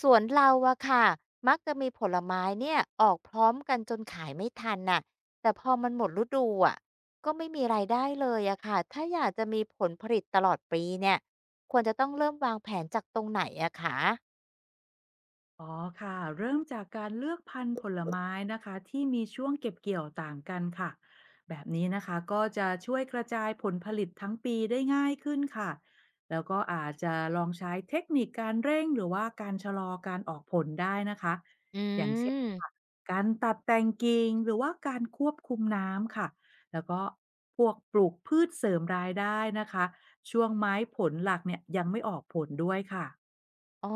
สวนเราอะค่ะมักจะมีผลไม้เนี่ยออกพร้อมกันจนขายไม่ทันน่ะแต่พอมันหมดฤดูอะก็ไม่มีรายได้เลยอะค่ะถ้าอยากจะมีผลผลิตตลอดปีเนี่ยควรจะต้องเริ่มวางแผนจากตรงไหนอะคะอ๋อค่ะเริ่มจากการเลือกพันธุ์ผลไม้นะคะที่มีช่วงเก็บเกี่ยวต่างกันค่ะแบบนี้นะคะก็จะช่วยกระจายผลผลิตทั้งปีได้ง่ายขึ้นค่ะแล้วก็อาจจะลองใช้เทคนิคการเร่งหรือว่าการชะลอการออกผลได้นะคะอือย่างเช่นมค่ะการตัดแต่งกิ่งหรือว่าการควบคุมน้ำค่ะแล้วก็พวกปลูกพืชเสริมรายได้นะคะช่วงไม้ผลหลักเนี่ยยังไม่ออกผลด้วยค่ะ อ๋อ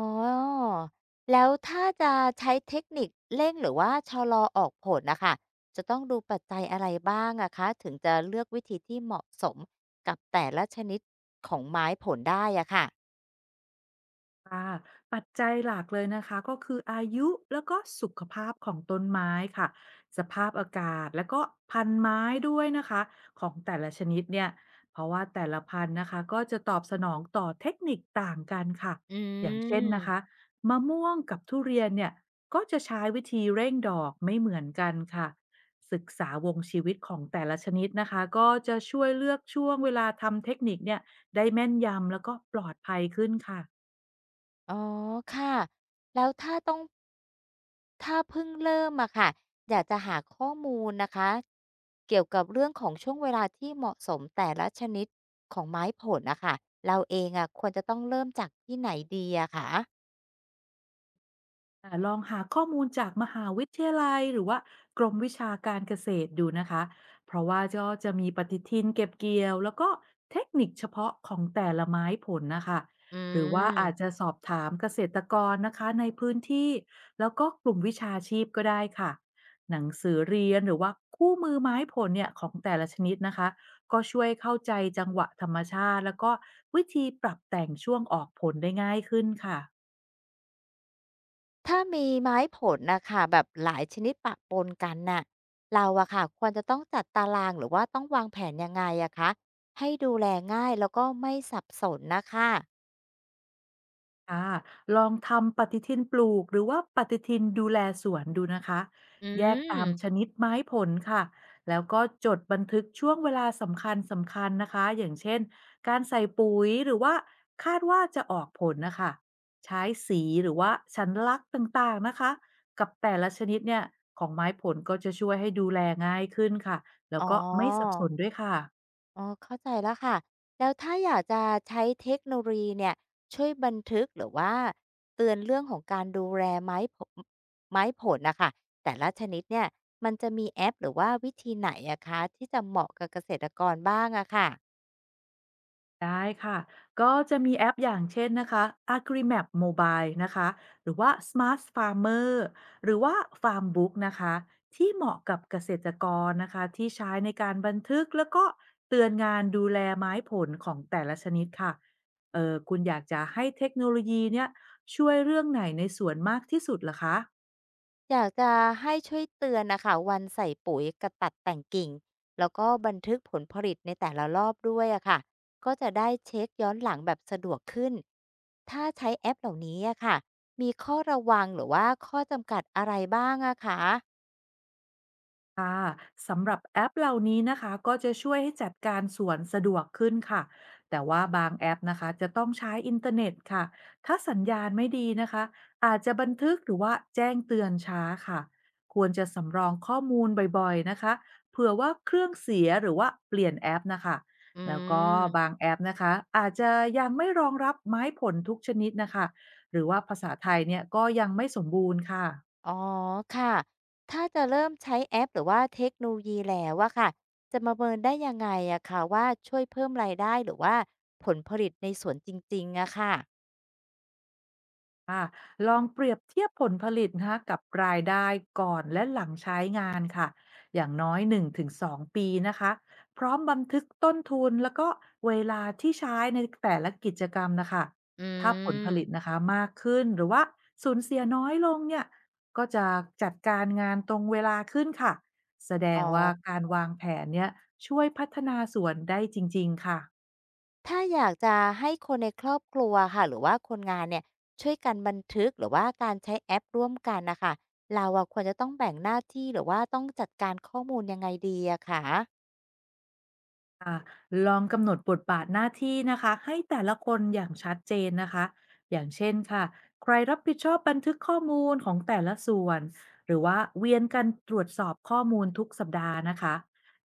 แล้วถ้าจะใช้เทคนิคเร่งหรือว่าชะลอออกผลนะคะจะต้องดูปัจจัยอะไรบ้างอะคะถึงจะเลือกวิธีที่เหมาะสมกับแต่ละชนิดของไม้ผลได้อะค่ะ ค่ะปัจจัยหลักเลยนะคะก็คืออายุแล้วก็สุขภาพของต้นไม้ค่ะสภาพอากาศแล้วก็พันธุ์ไม้ด้วยนะคะของแต่ละชนิดเนี่ยเพราะว่าแต่ละพันธุ์นะคะก็จะตอบสนองต่อเทคนิคต่างกันค่ะอือย่างเช่นนะคะม มะม่วงกับทุเรียนเนี่ยก็จะใช้วิธีเร่งดอกไม่เหมือนกันค่ะศึกษาวงชีวิตของแต่ละชนิดนะคะก็จะช่วยเลือกช่วงเวลาทำเทคนิคเนี่ยได้แม่นยำแล้วก็ปลอดภัยขึ้นค่ะ อ๋อค่ะ แล้วถ้าต้องเพิ่งเริ่มอะค่ะอยากจะหาข้อมูลนะคะ เกี่ยวกับเรื่องของช่วงเวลาที่เหมาะสมแต่ละชนิดของไม้ผลอะค่ะเราเองอะควรจะต้องเริ่มจากที่ไหนดีอะคะลองหาข้อมูลจากมหาวิทยาลัยหรือว่ากรมวิชาการเกษตรดูนะคะ เพราะว่าก็จะมีปฏิทินเก็บเกี่ยวแล้วก็เทคนิคเฉพาะของแต่ละไม้ผลนะคะ อืหรือว่าอาจจะม สอบถามเกษตรกรนะคะในพื้นที่แล้วก็กลุ่มวิชาชีพก็ได้ค่ะหนังสือเรียนหรือว่าคู่มือไม้ผลเนี่ยของแต่ละชนิดนะคะก็ช่วยเข้าใจจังหวะธรรมชาติแล้วก็วิธีปรับแต่งช่วงออกผลได้ง่ายขึ้นค่ะ ถ้ามีไม้ผลน่ะค่ะแบบหลายชนิดปะปนกันน่ะเราอะค่ะควรจะต้องจัดตารางหรือว่าต้องวางแผนยังไงอะคะให้ดูแลง่ายแล้วก็ไม่สับสนน่ะค่ะค่ะลองทำปฏิทินปลูกหรือว่าปฏิทินดูแลสวนดูนะคะอืแยกตาม มชนิดไม้ผลค่ะแล้วก็จดบันทึกช่วงเวลาสำคัญสำคัญนะคะอย่างเช่นการใส่ปุ๋ยหรือว่าคาดว่าจะออกผลนะคะใช้สีหรือว่าสัญลักษณ์ต่างๆนะคะกับแต่ละชนิดเนี่ยของไม้ผลก็จะช่วยให้ดูแลง่ายขึ้นค่ะแล้วอ๋อก็ไม่สับสนด้วยค่ะ เข้าใจแล้วค่ะ แล้วถ้าอยากจะใช้เทคโนโลยีเนี่ยช่วยบันทึกหรือว่าเตือนเรื่องของการดูแลไม้ผลน่ะค่ะแต่ละชนิดเนี่ยมันจะมีแอปหรือว่าวิธีไหนอะคะที่จะเหมาะกับเกษตรกรบ้างอะค่ะ ได้ค่ะก็จะมีแอปอย่างเช่นนะคะ AgriMap Mobile นะคะหรือว่า Smart Farmer หรือว่า Farmbook นะคะที่เหมาะกับเกษตรกรนะคะที่ใช้ในการบันทึกแล้วก็เตือนงานดูแลไม้ผลของแต่ละชนิดค่ะเออคุณอยากจะให้เทคโนโลยีเนี่ยช่วยเรื่องไหนในสวนมากที่สุดล่ะคะ อยากจะให้ช่วยเตือนนะคะวันใส่ปุ๋ยกับตัดแต่งกิ่งแล้วก็บันทึกผลผลิตในแต่ละรอบด้วยอะค่ะก็จะได้เช็คย้อนหลังแบบสะดวกขึ้นถ้าใช้แอปเหล่านี้อะค่ะมีข้อระวังหรือว่าข้อจำกัดอะไรบ้างอะคะค่ะสำหรับแอปเหล่านี้นะคะก็จะช่วยให้จัดการสวนสะดวกขึ้นค่ะแต่ว่าบางแอปนะคะจะต้องใช้อินเทอร์เน็ตค่ะถ้าสัญญาณไม่ดีนะคะอาจจะบันทึกหรือว่าแจ้งเตือนช้าค่ะควรจะสำรองข้อมูลบ่อยๆนะคะเผื่อว่าเครื่องเสียหรือว่าเปลี่ยนแอปนะคะอืแล้วก็มบางแอปนะคะอาจจะยังไม่รองรับไม้ผลทุกชนิดนะคะหรือว่าภาษาไทยเนี่ยก็ยังไม่สมบูรณ์ค่ะ อ๋อค่ะถ้าจะเริ่มใช้แอปหรือว่าเทคโนโลยีแล้วอะค่ะจะมาเมินได้ยังไงอะคะว่าช่วยเพิ่มรายได้หรือว่าผลผลิตในสวนจริงๆอะค่ะค่ะลองเปรียบเทียบผลผลิตนะคะกับรายได้ก่อนและหลังใช้งานค่ะอย่างน้อย1-2ปีนะคะพร้อมบันทึกต้นทุนแล้วก็เวลาที่ใช้ในแต่ละกิจกรรมนะคะอืถ้าผลผลิตนะมคะมากขึ้นหรือว่าสูญเสียน้อยลงเนี่ยก็จะจัดการงานตรงเวลาขึ้นค่ะแสดงอ๋อ ว่าการวางแผนเนี่ยช่วยพัฒนาสวนได้จริงๆค่ะ ถ้าอยากจะให้คนในครอบครัวค่ะหรือว่าคนงานเนี่ยช่วยกันบันทึกหรือว่าการใช้แอปร่วมกันนะคะเราอะควรจะต้องแบ่งหน้าที่หรือว่าต้องจัดการข้อมูลยังไงดีอะคะลองกำหนดบทบาทหน้าที่นะคะให้แต่ละคนอย่างชัดเจนนะคะอย่างเช่นค่ะใครรับผิดชอบบันทึกข้อมูลของแต่ละส่วนหรือว่าเวียนกันตรวจสอบข้อมูลทุกสัปดาห์นะคะ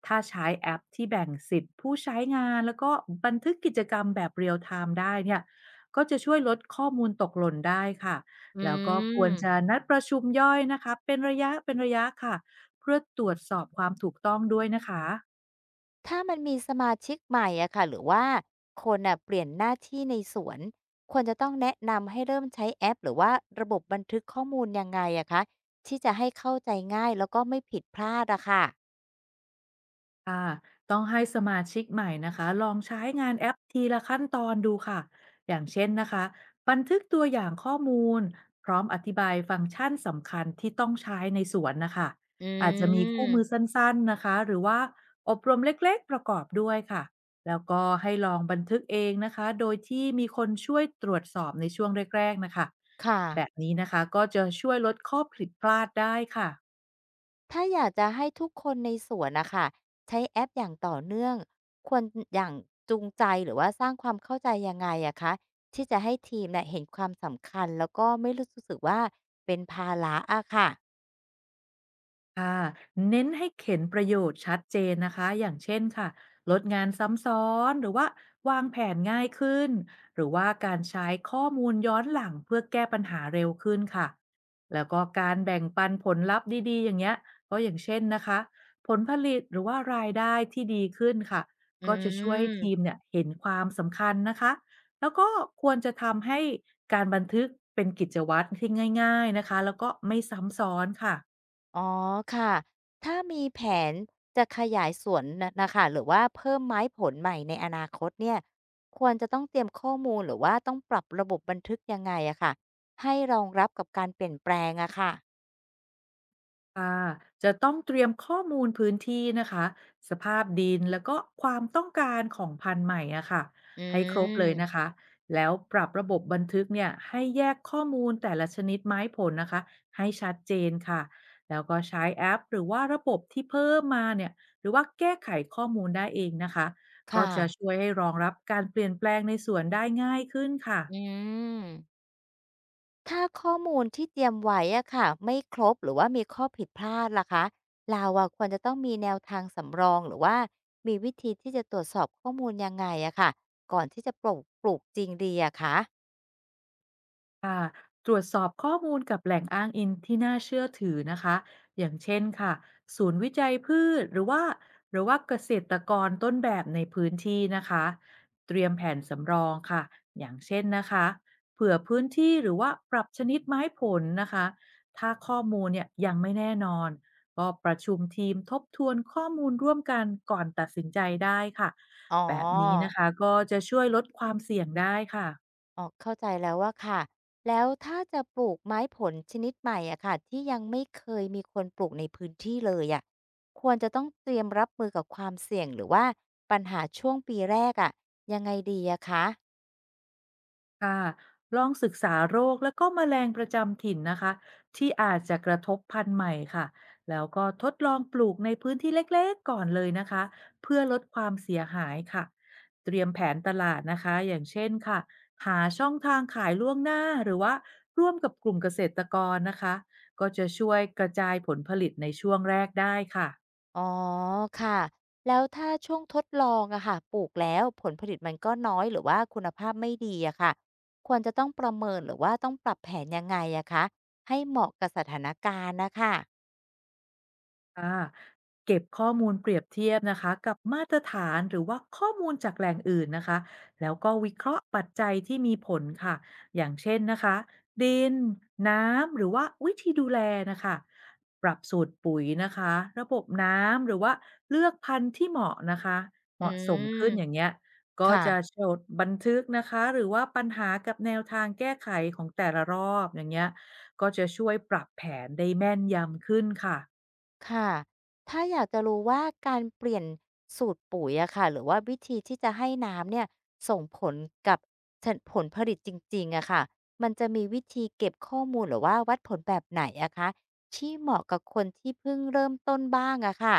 ถ้าใช้แอปที่แบ่งสิทธิ์ผู้ใช้งานแล้วก็บันทึกกิจกรรมแบบเรียลไทม์ได้เนี่ยก็จะช่วยลดข้อมูลตกหล่นได้ค่ะอืแล้วก็ควรจะมนัดประชุมย่อยนะคะเป็นระยะเป็นระยะค่ะเพื่อตรวจสอบความถูกต้องด้วยนะคะ ถ้ามันมีสมาชิกใหม่อะค่ะหรือว่าคนอะเปลี่ยนหน้าที่ในสวนควรจะต้องแนะนำให้เริ่มใช้แอปหรือว่าระบบบันทึกข้อมูลยังไงอะคะที่จะให้เข้าใจง่ายแล้วก็ไม่ผิดพลาดอะค่ะค่ะต้องให้สมาชิกใหม่นะคะลองใช้งานแอปทีละขั้นตอนดูค่ะอย่างเช่นนะคะบันทึกตัวอย่างข้อมูลพร้อมอธิบายฟังก์ชันสำคัญที่ต้องใช้ในสวนนะคะอือาจจะมีคู่มือมสั้นๆนะคะหรือว่าอบรมเล็กๆประกอบด้วยค่ะแล้วก็ให้ลองบันทึกเองนะคะโดยที่มีคนช่วยตรวจสอบในช่วงแรกๆนะคะค่ะ แบบนี้นะคะก็จะช่วยลดข้อผิดพลาดได้ค่ะ ถ้าอยากจะให้ทุกคนในสวนนะคะใช้แอปอย่างต่อเนื่องควรอย่างจูงใจหรือว่าสร้างความเข้าใจยังไงอะคะที่จะให้ทีมเนี่ยเห็นความสำคัญแล้วก็ไม่รู้สึกว่าเป็นภาระอะค่ะค่ะเน้นให้เข็นประโยชน์ชัดเจนนะคะอย่างเช่นค่ะลดงานซ้ำซ้อนหรือว่าวางแผนง่ายขึ้นหรือว่าการใช้ข้อมูลย้อนหลังเพื่อแก้ปัญหาเร็วขึ้นค่ะแล้วก็การแบ่งปันผลลัพธ์ดีๆอย่างเงี้ยก็อย่างเช่นนะคะผลผลิตหรือว่ารายได้ที่ดีขึ้นค่ะอืก็จะช่วยให้ทีมมเนี่ยเห็นความสำคัญนะคะแล้วก็ควรจะทำให้การบันทึกเป็นกิจวัตรที่ง่ายๆนะคะแล้วก็ไม่ซ้ำซ้อนค่ะ อ๋อค่ะถ้ามีแผนจะขยายสวนนะค่ะหรือว่าเพิ่มไม้ผลใหม่ในอนาคตเนี่ยควรจะต้องเตรียมข้อมูลหรือว่าต้องปรับระบบบันทึกยังไงอะค่ะให้รองรับกับการเปลี่ยนแปลงอะค่ะค่ะจะต้องเตรียมข้อมูลพื้นที่นะคะสภาพดินแล้วก็ความต้องการของพันธุ์ใหม่อะค่ะอให้ครบเลยืนะม คะแล้วปรับระบบบันทึกเนี่ยให้แยกข้อมูลแต่ละชนิดไม้ผลนะคะให้ชัดเจนค่ะแล้วก็ใช้แอปหรือว่าระบบที่เพิ่มมาเนี่ยหรือว่าแก้ไขข้อมูลได้เองนะคะก็ค่ะจะช่วยให้รองรับการเปลี่ยนแปลงในสวนได้ง่ายขึ้นค่ะ อืมถ้าข้อมูลที่เตรียมไว้อะค่ะ ไม่ครบหรือว่ามีข้อผิดพลาดล่ะคะเราอะควรจะต้องมีแนวทางสำรองหรือว่ามีวิธีที่จะตรวจสอบข้อมูลยังไงอะค่ะก่อนที่จะปลูกจริงดีอะคะค่ะตรวจสอบข้อมูลกับแหล่งอ้างอิงที่น่าเชื่อถือนะคะอย่างเช่นค่ะศูนย์วิจัยพืชหรือว่าเกษตรกรต้นแบบในพื้นที่นะคะเตรียมแผนสำรองค่ะอย่างเช่นนะคะเผื่อพื้นที่หรือว่าปรับชนิดไม้ผลนะคะถ้าข้อมูลเนี่ยยังไม่แน่นอนก็ประชุมทีมทบทวนข้อมูลร่วมกันก่อนตัดสินใจได้ค่ะอ๋แบบนี้นะอคะก็จะช่วยลดความเสี่ยงได้ค่ะ อ๋อเข้าใจแล้วว่าค่ะแล้วถ้าจะปลูกไม้ผลชนิดใหม่อะค่ะที่ยังไม่เคยมีคนปลูกในพื้นที่เลยอะควรจะต้องเตรียมรับมือกับความเสี่ยงหรือว่าปัญหาช่วงปีแรกอะยังไงดีอะคะ ค่ะลองศึกษาโรคแล้วก็แมลงประจำถิ่นนะคะที่อาจจะกระทบพันธุ์ใหม่ค่ะแล้วก็ทดลองปลูกในพื้นที่เล็กๆก่อนเลยนะคะเพื่อลดความเสียหายค่ะเตรียมแผนตลาดนะคะอย่างเช่นค่ะหาช่องทางขายล่วงหน้าหรือว่าร่วมกับกลุ่มเกษตรกรนะคะก็จะช่วยกระจายผลผลิตในช่วงแรกได้ค่ะ อ๋อค่ะแล้วถ้าช่วงทดลองอะค่ะปลูกแล้วผลผลิตมันก็น้อยหรือว่าคุณภาพไม่ดีอะค่ะควรจะต้องประเมินหรือว่าต้องปรับแผนยังไงอะคะให้เหมาะกับสถานการณ์นะคะค่ะเก็บข้อมูลเปรียบเทียบนะคะกับมาตรฐานหรือว่าข้อมูลจากแหล่งอื่นนะคะแล้วก็วิเคราะห์ปัจจัยที่มีผลค่ะอย่างเช่นนะคะดินน้ำหรือว่าวิธีดูแลนะคะปรับสูตรปุ๋ยนะคะระบบน้ำหรือว่าเลือกพันธุ์ที่เหมาะนะคะเหอืมาะสมมขึ้นอย่างเงี้ยก็จะค่ะ จดบันทึกนะคะหรือว่าปัญหากับแนวทางแก้ไขของแต่ละรอบอย่างเงี้ยก็จะช่วยปรับแผนได้แม่นยำขึ้นค่ะ ค่ะถ้าอยากจะรู้ว่าการเปลี่ยนสูตรปุ๋ยอะค่ะหรือว่าวิธีที่จะให้น้ำเนี่ยส่งผลกับผลผลิตจริงๆอะค่ะมันจะมีวิธีเก็บข้อมูลหรือว่าวัดผลแบบไหนอะคะที่เหมาะกับคนที่เพิ่งเริ่มต้นบ้างอะค่ะ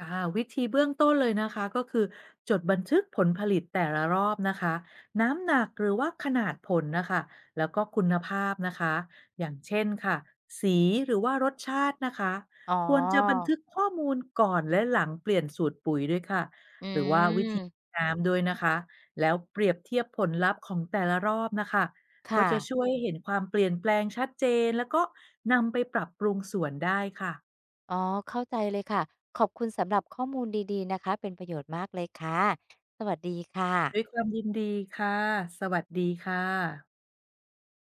ค่ะวิธีเบื้องต้นเลยนะคะก็คือจดบันทึกผลผลิตแต่ละรอบนะคะน้ำหนักหรือว่าขนาดผลนะคะแล้วก็คุณภาพนะคะอย่างเช่นค่ะสีหรือว่ารสชาตินะคะอ๋อควรจะบันทึกข้อมูลก่อนและหลังเปลี่ยนสูตรปุ๋ยด้วยค่ะอืหรือว่าวิธีมน้ำด้วยนะคะแล้วเปรียบเทียบผลลัพธ์ของแต่ละรอบนะคะก็ค่ะจะช่วยให้เห็นความเปลี่ยนแปลงชัดเจนแล้วก็นำไปปรับปรุงสวนได้ค่ะ อ๋อ เข้าใจเลยค่ะ ขอบคุณสำหรับข้อมูลดีๆนะคะเป็นประโยชน์มากเลยค่ะ สวัสดีค่ะด้วยความยินดีค่ะ สวัสดีค่ะ